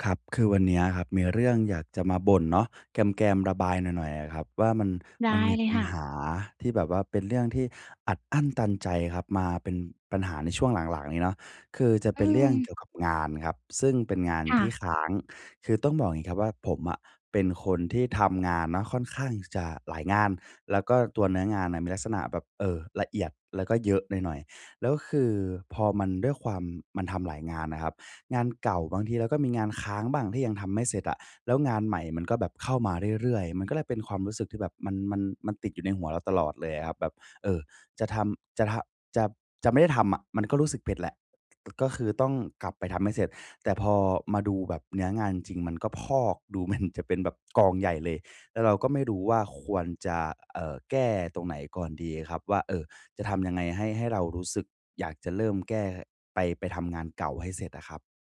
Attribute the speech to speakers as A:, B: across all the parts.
A: ครับคือวันเนี้ยครับมีเรื่องอยากจะมาบ่นเนาะแกมๆระบายหน่อยๆอะครับว่ามัน
B: ได้
A: มี
B: เลย
A: ปัญ
B: ค่ะ
A: หาที่แบบว่าเป็นเรื่องที่อัดอั้นตันใจครับมาเป็นปัญหาในช่วงหลังๆนี้เนาะคือจะ
B: อื
A: เป็นเรื่องเกี่ยว
B: ม
A: กับงานครับซึ่งเป็นงานที่
B: ค่ะ
A: ค้างคือต้องบอกอย่างงี้ครับว่าผมอะเป็นคนที่ทำงานเนาะค่อนข้างจะหลายงานแล้วก็ตัวเนื้องานน่ะมีลักษณะแบบละเอียดแล้วก็เยอะหน่อยๆแล้วคือพอมันด้วยความมันทำหลายงานน่ะครับ งานเก่าบางทีเราก็มีงานค้างบ้างที่ยังทำไม่เสร็จอะแล้วงานใหม่มันก็แบบเข้ามาเรื่อยๆมันก็เลยเป็นความรู้สึกที่แบบมันติดอยู่ในหัวเราตลอดเลยอะครับแบบเออจะทำจะทำจะจะไม่ได้ทำอะมันก็รู้สึกเผ็ดแหละก็คือต้องกลับไปทำให้เสร็จแต่พอมาดูแบบเนื้องานจริงมันก็พอกดู มันจะเป็นแบบกองใหญ่เลยแล้วเราก็ไม่รู้ว่าควรจะแก้ตรงไหนก่อนดีครับว่าเออจะทำยังไงให้เรารู้สึกอยากจะเริ่มแก้ไปไปทำงานเก่าให้เสร็จอะครับ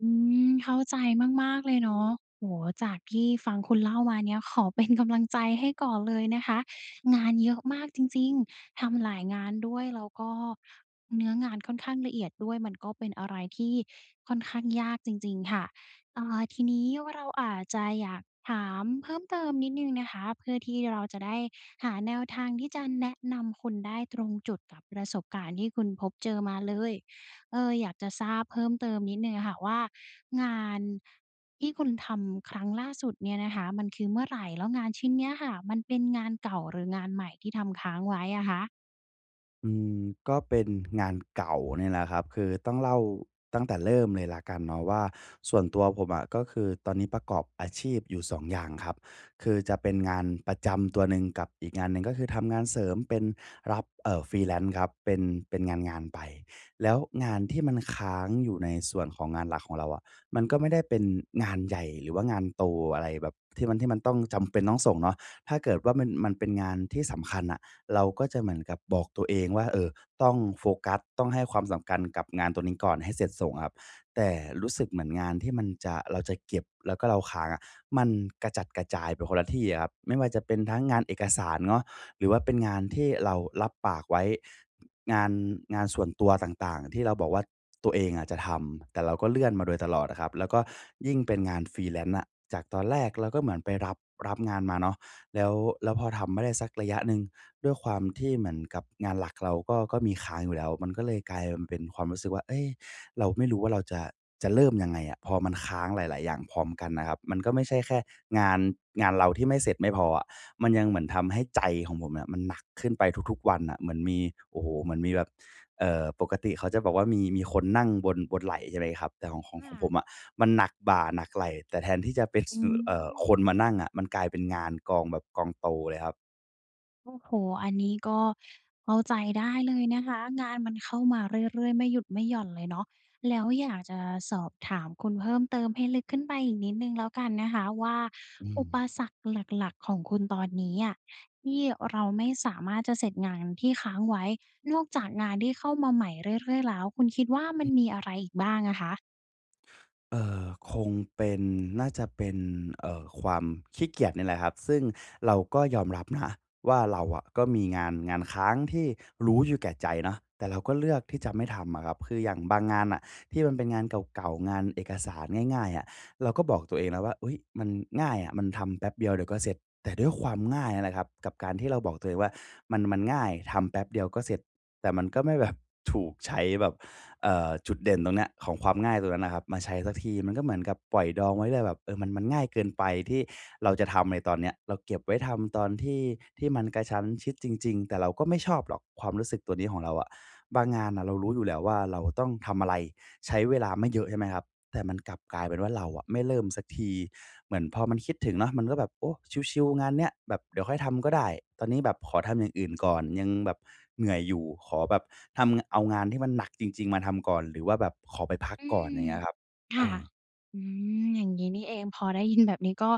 B: อืเข้าใจมากๆเลยเนาะโอ้โฮจากที่ฟังคุณเล่ามาเนี่ยขอเป็นกำลังใจให้ก่อนเลยนะคะงานเยอะมากจริงๆทำหลายงานด้วยแล้วก็เนื้องานค่อนข้างละเอียดด้วยมันก็เป็นอะไรที่ค่อนข้างยากจริงๆค่ะทีนี้เราอาจจะอยากถามเพิ่มเติมนิดหนึ่งนะคะเพื่อที่เราจะได้หาแนวทางที่จะแนะนำคุณได้ตรงจุดกับประสบการณ์ที่คุณพบเจอมาเลยอยากจะทราบเพิ่มเติมนิดหนึ่งอะค่ะว่า งานที่คุณทำครั้งล่าสุดเนี่ยนะคะมันคือเมื่อไหร่แล้วงานชิ้นเนี้ยค่ะมันเป็นงานเก่าหรืองานใหม่ที่ทำค้างไว้อะคะ
A: อืมก็เป็นงานเก่าเนี่ยแหละครับคือต้องเล่าตั้งแต่เริ่มเลยละกันเนาะว่าส่วนตัวผมอะก็คือตอนนี้ประกอบอาชีพอยู่2องอย่างครับคือจะเป็นงานประจำตัวหนึ่งกับอีกงานหนึ่งก็คือทำงานเสริมเป็นรับfreelance ครับเป็นเป็นงานๆไปแล้วงานที่มันค้างอยู่ในส่วนของงานหลักของเราอะมันก็ไม่ได้เป็นงานใหญ่หรือว่างานโตอะไรแบบที่มันต้องจำเป็นต้องส่งเนาะถ้าเกิดว่ามันเป็นงานที่สำคัญอะ เราก็จะเหมือนกับบอกตัวเองว่าเออต้องโฟกัสต้องให้ความสำคัญกับงานตัวนี้ก่อนให้เสร็จส่งอะครับแต่รู้สึกเหมือนงานที่มันจะเราจะเก็บแล้วก็เราค้างอะมันกระจัดกระจายไปคนละที่อะครับไม่ว่าจะเป็นทั้งงานเอกสารเนาะหรือว่าเป็นงานที่เรารับปากไว้งานงานส่วนตัวต่างๆที่เราบอกว่าตัวเองอะจะทำแต่เราก็เลื่อนมาโดยตลอดอะครับแล้วก็ยิ่งเป็นงาน Freelance อะจากตอนแรกเราก็เหมือนไปรับรับงานมาเนาะ แล้วแล้วพอทำไม่ได้สักระยะหนึ่งด้วยความที่เหมือนกับงานหลักเราก็มีค้างอยู่แล้วมันก็เลยกลายมนเป็นความรู้สึกว่าเอ้ยเราไม่รู้ว่าเราจะจะเริ่มยังไงอะพอมันค้างหลายๆ อย่างพร้อมกันนะครับ มันก็ไม่ใช่แค่งานงานเราที่ไม่เสร็จไม่พออะมันยังเหมือนทำให้ใจของผมเนี่ยมันหนักขึ้นไปทุกๆวันน่ะเหมือนมีโอ้โฮเหมือนมีแบบปกติเขาจะบอกว่ามีคนนั่งบนไหล่ใช่ไหมครับแต่ของขอ
B: อืม
A: งขอ
B: ค่ะ
A: งผมอะ มันหนักบ่าหนักไหล่แต่แทนที่จะเป็นส
B: อืม
A: คนมานั่งอะมันกลายเป็นงานกองแบบกองโตเลยครับ
B: โอ้โฮอันนี้ก็เข้าใจได้เลยนะคะงานมันเข้ามาเรื่อยๆไม่หยุดไม่หย่อนเลยเนาะแล้วอยากจะสอบถามคุณเพิ่มเติมให้ลึกขึ้นไปอีกนิดหนึ่งแล้วกันนะคะว่า
A: อืม
B: อุปสรรคหลักๆของคุณตอนนี้อะที่เราไม่สามารถจะเสร็จงานที่ค้างไว้นอกจากงานที่เข้ามาใหม่เรื่อยๆแล้วคุณคิดว่ามันมีอะไรอีกบ้างอะคะ
A: เอ่อคงเป็นน่าจะเป็นความขี้เกียจนี่แหละครับซึ่งเราก็ยอมรับนะว่าเราอะก็มีงานงานค้างที่รู้อยู่แก่ใจเนาะแต่เราก็เลือกที่จะไม่ทำอะครับคืออย่างบางงานน่ะที่มันเป็นงานเก่าๆงานเอกสารง่ายๆอะเราก็บอกตัวเองแล้วว่าอุ๊ยมันง่ายอะมันทำแป๊บเดียวเดี๋ยวก็เสร็จแต่ด้วยความง่ายนั่นแหละครับกับการที่เราบอกตัวเองว่ามันง่ายทำแป๊บเดียวก็เสร็จแต่มันก็ไม่แบบถูกใช้แบบ จุดเด่นตรงเนี้ยของความง่ายตรงนั้นนะครับมาใช้สักทีมันก็เหมือนกับปล่อยดองไว้เลยแบบเออมันง่ายเกินไปที่เราจะทำในตอนเนี้ยเราเก็บไว้ทำตอนที่ที่มันกระชั้นชิดจริงๆแต่เราก็ไม่ชอบหรอกความรู้สึกตัวนี้ของเราอะบางงาน่ะเรารู้อยู่แล้วว่าเราต้องทำอะไร ใช้เวลาไม่เยอะใช่ไหมครับ แต่มันกลับกลายเป็นว่าเราอะไม่เริ่มสักที เหมือนพอมันคิดถึงเนาะมันก็แบบโอ้ชิลๆงานเนี้ยแบบเดี๋ยวค่อยทำก็ได้ ตอนนี้แบบขอทำอย่างอื่นก่อนยังแบบเหนื่อยอยู่ขอแบบทำเอางานที่มันหนักจริงๆมาทำก่อน หรือว่าแบบขอไปพัก
B: อื
A: ก่อนอ
B: ม
A: ย่างเงี้ยครับเอ
B: ค่ะ
A: อ
B: อืมอย่างนี้นี่เองพอได้ยินแบบนี้ก็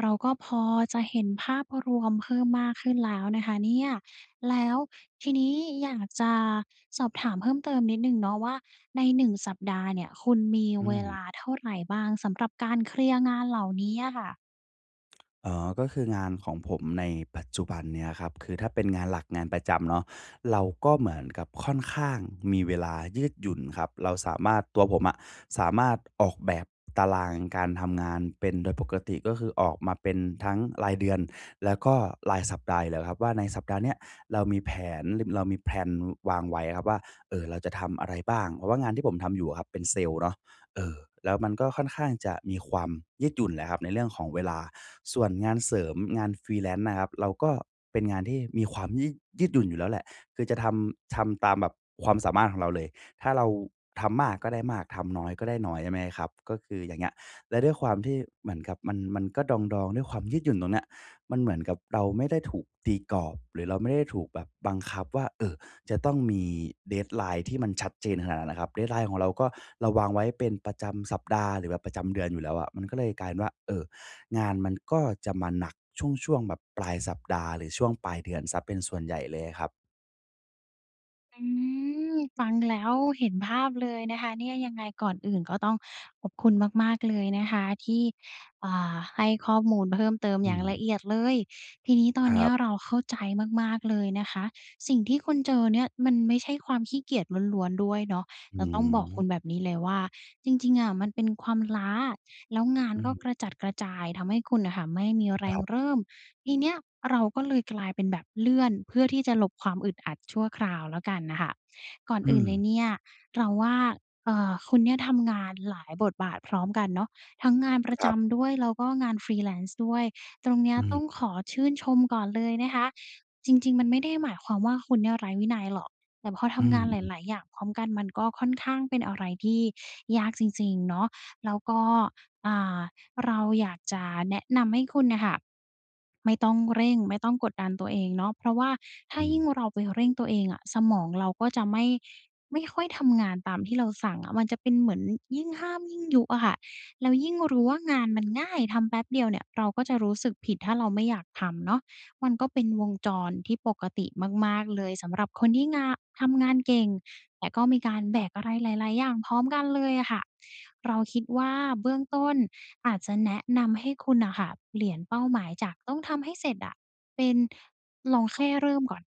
B: เราก็พอจะเห็นภาพรวมเพิ่มมากขึ้นแล้วนะคะเนี่ยแล้วทีนี้อยากจะสอบถามเพิ่มเติมนิดหนึ่งเนาะว่าใน1 สัปดาห์เนี่ยคุณมี
A: อื
B: เว
A: ม
B: ลาเท่าไรบ้างสำหรับการเคลียร์งานเหล่านี้อะค่ะ
A: เอ๋อก็คืองานของผมในปัจจุบันเนี่ยครับคือถ้าเป็นงานหลักงานประจำเนาะเราก็เหมือนกับค่อนข้างมีเวลายืดหยุ่นครับเราสามารถตัวผมอะสามารถออกแบบตารางการทำงานเป็นโดยปกติก็คือออกมาเป็นทั้งรายเดือนแล้วก็รายสัปดาห์อยู่แล้วครับว่าในสัปดาห์เนี้ยเรามีแผเรามีแพลนวางไว้ครับว่าเราจะทำอะไรบ้างเพราะว่างานที่ผมทำอยู่อะครับเป็นเซลส์เนาะเออแล้วมันก็ค่อนข้างจะมีความยืดหยุ่นแหละครับในเรื่องของเวลา ส่วนงานเสริมงาน freelance นะครับเราก็เป็นงานที่มีความยืดหยุ่นอยู่แล้วแหละคือจะทำตามแบบความสามารถของเราเลยถ้าเราทำมากก็ได้มากทำน้อยก็ได้น้อยใช่ไหมครับก็คืออย่างเงี้ยและด้วยความที่เหมือนกับมันก็ดองๆด้วยความยืดหยุ่นตรงเนี้ยมันเหมือนกับเราไม่ได้ถูกตีกรอบหรือเราไม่ได้ถูกแบบบังคับว่าจะต้องมี deadline ที่มันชัดเจนขนาดนั้นนะครับ deadline ของเราก็เราวางไว้เป็นประจำสัปดาห์หรือแบบประจำเดือนอยู่แล้วอะมันก็เลยกลายเป็นว่างานมันก็จะมาหนักช่วงๆแบบปลายสัปดาห์หรือช่วงปลายเดือนเสียเป็นส่วนใหญ่เลยครับ
B: อืมฟังแล้วเห็นภาพเลยนะคะเนี่ยยังไงก่อนอื่นก็ต้องขอบคุณมากๆเลยนะคะที่ให้ข้อมูลเพิ่มเติม
A: อื
B: อย่าง
A: ม
B: ละเอียดเลยทีนี้ตอ
A: ค
B: นเนี้
A: รั
B: ย
A: บ
B: เราเข้าใจมากๆเลยนะคะสิ่งที่คุณเจอเนี่ยมันไม่ใช่ความขี้เกียจล้วนๆด้วยเนาะ
A: อื
B: เราต้องบอ
A: ม
B: กคุณแบบนี้เลยว่าจริงๆอะมันเป็นความล้าแล้วงาน
A: อื
B: ก็
A: ม
B: กระจัดกระจายทำให้คุณน่ะค่ะไม่มีแร
A: ค
B: ง
A: รับ
B: เริ่ม ทีเนี้ยเราก็เลยกลายเป็นแบบเลื่อนเพื่อที่จะหลบความอึดอัดชั่วคราวแล้วกันน่ะค่ะก่อน
A: อื
B: อื่น
A: ม
B: เลยเนี่ยเราว่าคุณเนี่ยทำงานหลายบทบาทพร้อมกันเนาะทั้งงานประ
A: ครับ
B: จำด้วยแล้วก็งาน Freelance ด้วยตรงเนี้ย
A: อื
B: ต้อง
A: ม
B: ขอชื่นชมก่อนเลยนะคะจริงๆมันไม่ได้หมายความว่าคุณเนี่ยไร้วินัยหรอกแต่พอ
A: อื
B: ทำงานหลายๆอย่างพร้อมกันมันก็ค่อนข้างเป็นอะไรที่ยากจริงๆเนาะแล้วก็อ่า เราอยากจะแนะนำให้คุณเน่ะค่ะไม่ต้องเร่งไม่ต้องกดดันตัวเองเนาะเพราะว่าถ้า
A: ม
B: ยิ่ง
A: ๆๆ
B: เราไปเร่งตัวเองอะสมองเราก็จะไม่ค่อยทำงานตามที่เราสั่งอะมันจะเป็นเหมือนยิ่งห้ามยิ่งยุอะค่ะแล้วยิ่งรู้ว่างานมันง่ายทำแป๊บเดียวเนี่ยเราก็จะรู้สึกผิดถ้าเราไม่อยากทำเนาะมันก็เป็นวงจรที่ปกติมากๆเลยสำหรับคนที่งาทำงานเก่งแต่ก็มีการแบกอะไรหลายๆอย่างพร้อมกันเลยอะค่ะเราคิดว่าเบื้องต้น อาจจะแนะนำให้คุณน่ะค่ะเปลี่ยนเป้าหมายจากต้องทำให้เสร็จอะ เป็นลองแค่เริ่มก่อน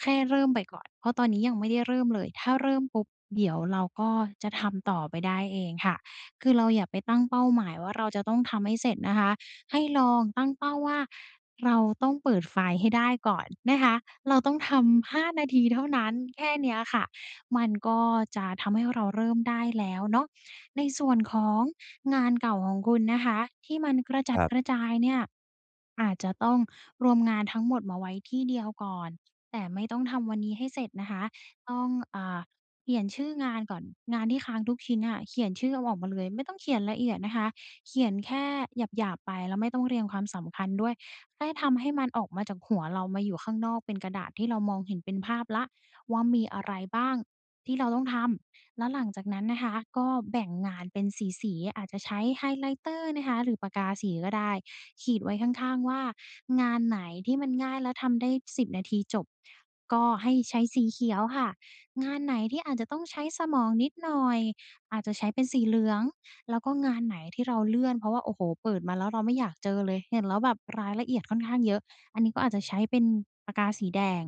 B: แค่เริ่มไปก่อน เพราะตอนนี้ยังไม่ได้เริ่มเลย ถ้าเริ่มปุ๊บเดี๋ยวเราก็จะทำต่อไปได้เองค่ะ คือเราอย่าไปตั้งเป้าหมายว่าเราจะต้องทำให้เสร็จนะคะ ให้ลองตั้งเป้าว่าเราต้องเปิดไฟล์ให้ได้ก่อนนะคะเราต้องทำ5นาทีเท่านั้นแค่เนี้ยค่ะมันก็จะทำให้เราเริ่มได้แล้วเนาะในส่วนของ งานเก่าของคุณนะคะที่มันกระ
A: ค
B: จัด
A: รั
B: กระ
A: บ
B: จายเนี่ย อาจจะต้องรวมงานทั้งหมดมาไว้ที่เดียวก่อน แต่ไม่ต้องทำวันนี้ให้เสร็จนะคะ ต้องอ่าเขียนชื่องานก่อน งานที่ค้างทุกชิ้นน่ะเขียนชื่อเอาออกมาเลย ไม่ต้องเขียนละเอียดนะคะ เขียนแค่หยาบๆไปแล้วไม่ต้องเรียงความสำคัญด้วยแค่ทำให้มันออกมาจากหัวเรามาอยู่ข้างนอกเป็นกระดาษที่เรามองเห็นเป็นภาพแล้วว่ามีอะไรบ้างที่เราต้องทำแล้วหลังจากนั้นนะคะก็แบ่งงานเป็นสีๆอาจจะใช้ไฮไลเตอร์นะคะหรือปากกาสีก็ได้ ขีดไว้ข้างๆว่างานไหนที่มันง่ายแล้วทำได้10นาทีจบก็ให้ใช้สีเขียวค่ะงานไหนที่อาจจะต้องใช้สมองนิดหน่อยอาจจะใช้เป็นสีเหลืองแล้วก็งานไหนที่เราเลื่อนเพราะว่าโอ้โฮเปิดมาแล้วเราไม่อยากเจอเลยเห็นแล้วแบบรายละเอียดค่อนข้างเยอะอันนี้ก็อาจจะใช้เป็นปากกาสีแดง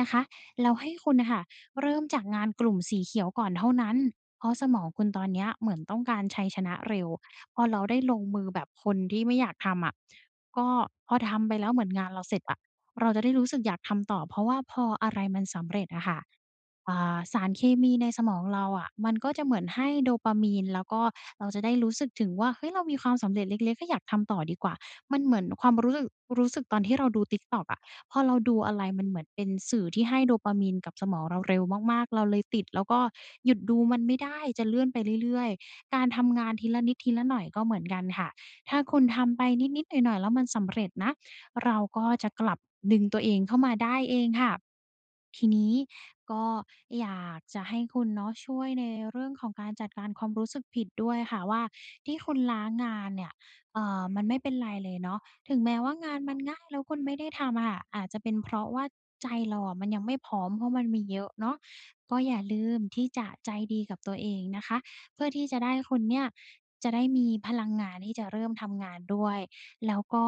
B: นะคะแล้วให้คุณน่ะค่ะเริ่มจากงานกลุ่มสีเขียวก่อนเท่านั้นเพราะสมองคุณตอนเนี้ยเหมือนต้องการชัยชนะเร็ว พอเราได้ลงมือแบบคนที่ไม่อยากทำอะก็พอทำไปแล้วเหมือนงานเราเสร็จอะเราจะได้รู้สึกอยากทำต่อเพราะว่าพออะไรมันสำเร็จอะค่ะสารเคมีในสมองเราอะมันก็จะเหมือนให้โดปามีนแล้วก็เราจะได้รู้สึกถึงว่าเฮ้ยเรามีความสำเร็จเล็กๆก็อยากทำต่อดีกว่ามันเหมือนความรู้สึกตอนที่เราดู TikTok อะพอเราดูอะไรมันเหมือนเป็นสื่อที่ให้โดปามีนกับสมองเราเร็วมากๆเราเลยติดแล้วก็หยุดดูมันไม่ได้จะเลื่อนไปเรื่อยๆ การทำงานทีละนิดทีละหน่อยก็เหมือนกันค่ะ ถ้าคุณทำไปนิดๆหน่อยๆแล้วมันสำเร็จนะ เราก็จะกลับดึงตัวเองเข้ามาได้เองค่ะ ทีนี้ก็อยากจะให้คุณเนาะช่วยในเรื่องของการจัดการความรู้สึกผิดด้วยค่ะว่าที่คุณล้างานเนี่ยมันไม่เป็นไรเลยเนาะถึงแม้ว่างานมันง่ายแล้วคุณไม่ได้ทำอะค่ะอาจจะเป็นเพราะว่าใจเราอะมันยังไม่พร้อมเพราะมันมีเยอะเนาะก็อย่าลืมที่จะใจดีกับตัวเองนะคะเพื่อที่จะได้คุณเนี่ยจะได้มีพลังงานที่จะเริ่มทำงานด้วยแล้วก็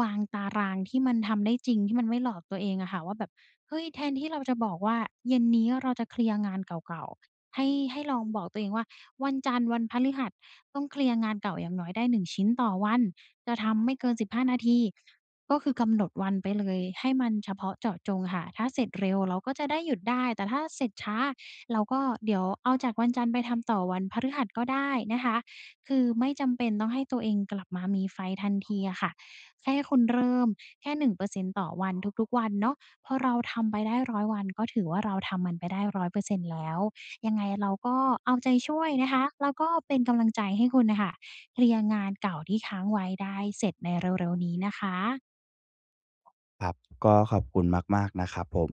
B: วางตารางที่มันทำได้จริงที่มันไม่หลอกตัวเองอะค่ะว่าแบบ เฮ้ยแทนที่เราจะบอกว่าเย็นนี้เราจะเคลียร์งานเก่าๆให้ลองบอกตัวเองว่าวันจันทร์วันพฤหัสต้องเคลียร์งานเก่าอย่างน้อยได้1 ชิ้นต่อวันจะทำไม่เกิน15 นาทีก็คือกำหนดวันไปเลยให้มันเฉพาะเจาะจงค่ะถ้าเสร็จเร็วเราก็จะได้หยุดได้แต่ถ้าเสร็จช้าเราก็เดี๋ยวเอาจากวันจันทร์ไปทำต่อวันพฤหัสก็ได้นะคะคือไม่จำเป็นต้องให้ตัวเองกลับมามีไฟทันทีอะค่ะแค่คุณเริ่มแค่1 เปอร์เซ็นตต่อวันทุกๆวันเนาะ พอเราทำไปได้100 วันก็ถือว่าเราทำมันไปได้100 เปอร์เซ็นต์แล้วยังไงเราก็เอาใจช่วยนะคะแล้วก็เป็นกำลังใจให้คุณน่ะค่ะเคลียร์งานเก่าที่ค้างไว้ได้เสร็จในเร็วๆนี้นะคะ
A: ครับ ก็ขอบคุณมากๆนะครับผม